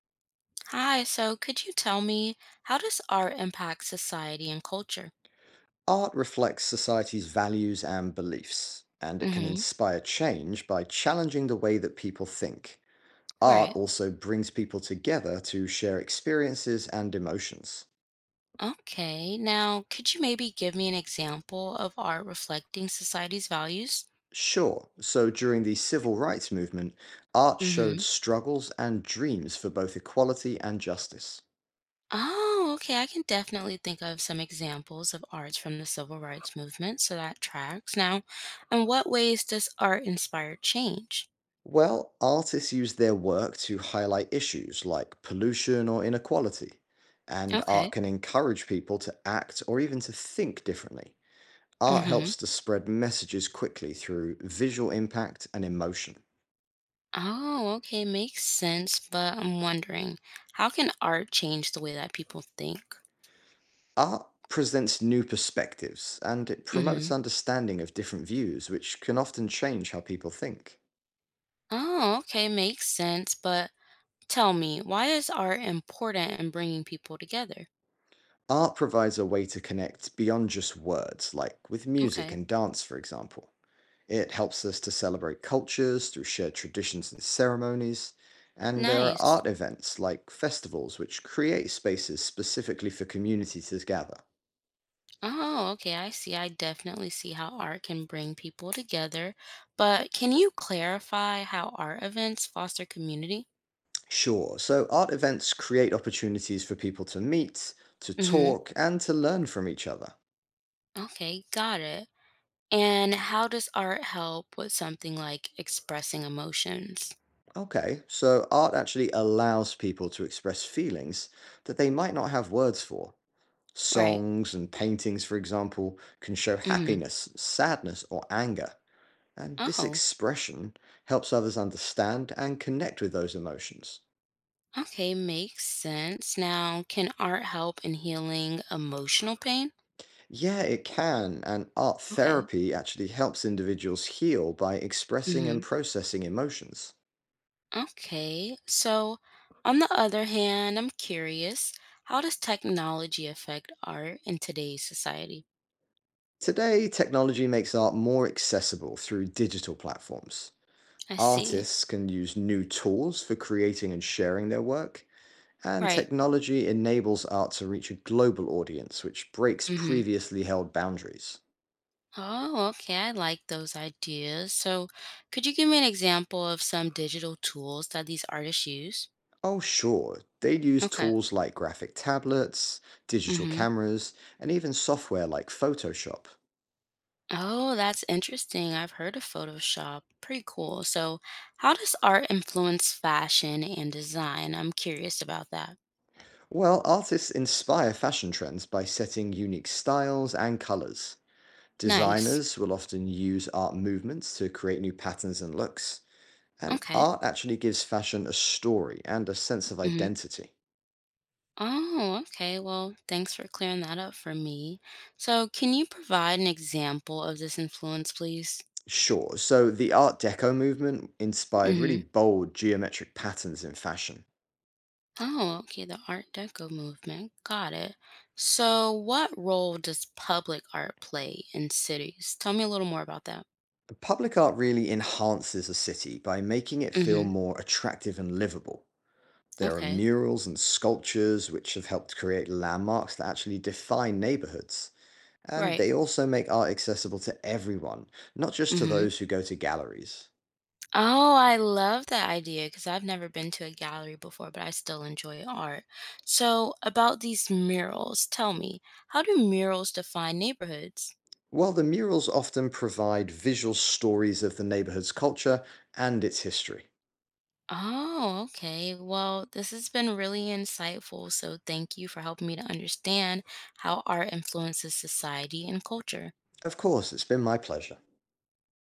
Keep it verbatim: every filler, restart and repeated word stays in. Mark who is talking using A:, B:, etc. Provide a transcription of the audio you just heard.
A: Hi, so could you tell me, how does art impact society and culture?
B: Art reflects society's values and beliefs, and it can
A: Mm-hmm.
B: inspire change by challenging the way that people think. Art
A: Right.
B: also brings people together to share experiences and emotions.
A: Okay. Now, could you maybe give me an example of art reflecting society's values?
B: Sure, so during the civil rights movement, art showed
A: Mm-hmm.
B: struggles and dreams for both equality and justice.
A: Oh, okay. I can definitely think of some examples of arts from the civil rights movement, so that tracks. Now, in what ways does art inspire change?
B: Well, artists use their work to highlight issues like pollution or inequality, and art
A: Okay.
B: can encourage people to act or even to think differently. Art helps
A: Mm-hmm.
B: to spread messages quickly through visual impact and emotion.
A: Oh, okay. Makes sense, but I'm wondering, how can art change the way that people think?
B: Art presents new perspectives and it promotes understanding of different views, which can often change how people think.
A: Oh, okay, makes sense. But tell me, why is art important in bringing people together?
B: Art provides a way to connect beyond just words, like with music
A: Okay,
B: and dance, for example. It helps us to celebrate cultures through shared traditions and ceremonies. And there are
A: nice.
B: art events like festivals, which create spaces specifically for communities to gather.
A: Oh, okay, I see. I definitely see how art can bring people together. But can you clarify how art events foster community?
B: Sure. So art events create opportunities for people to meet, to
A: Mm-hmm.
B: talk, and to learn from each other.
A: Okay, got it. And how does art help with something like expressing emotions?
B: Okay. So art actually allows people to express feelings that they might not have words for.
A: Right.
B: Songs and paintings, for example, can show
A: Mm-hmm.
B: happiness, sadness, or anger. And this
A: Oh,
B: expression helps others understand and connect with those emotions.
A: okay, makes sense. Now, can art help in healing emotional pain?
B: Yeah, it can. And art
A: Okay.
B: therapy actually helps individuals heal by expressing and
A: hmm
B: processing emotions.
A: Okay. So, on the other hand, I'm curious, how does technology affect art in today's society?
B: Today, technology makes art more accessible through digital platforms.
A: I see.
B: Artists can use new tools for creating and sharing their work, and
A: Right.
B: technology enables art to reach a global audience, which breaks
A: hmm
B: previously held boundaries.
A: Oh, okay. I like those ideas. So, could you give me an example of some digital tools that these artists use?
B: Oh, sure, they use
A: Okay.
B: tools like graphic tablets, digital
A: hmm
B: cameras, and even software like Photoshop.
A: Oh, that's interesting. I've heard of Photoshop. Pretty cool. So, how does art influence fashion and design? I'm curious about that.
B: Well, artists inspire fashion trends by setting unique styles and colors.
A: Nice.
B: Designers will often use art movements to create new patterns and looks, and
A: Okay.
B: art actually gives fashion a story and a sense of
A: hmm
B: identity.
A: Oh, okay. Well, thanks for clearing that up for me. So, can you provide an example of this influence, please?
B: Sure, so the Art Deco movement inspired really
A: hmm
B: bold geometric patterns in fashion.
A: Oh, okay. The Art Deco movement. Got it. So, what role does public art play in cities? Tell me a little more about that.
B: But public art really enhances a city by making it feel
A: hmm
B: more attractive and livable. There are
A: Okay.
B: murals and sculptures which have helped create landmarks that actually define neighborhoods. And
A: Right.
B: they also make art accessible to everyone, not just to
A: hmm
B: those who go to galleries.
A: Oh, I love that idea because I've never been to a gallery before, but I still enjoy art. So, about these murals, tell me, how do murals define neighborhoods?
B: While the murals often provide visual stories of the neighborhood's culture and its history.
A: Oh, okay. Well, this has been really insightful. So, thank you for helping me to understand how art influences society and culture.
B: Of course, it's been my pleasure.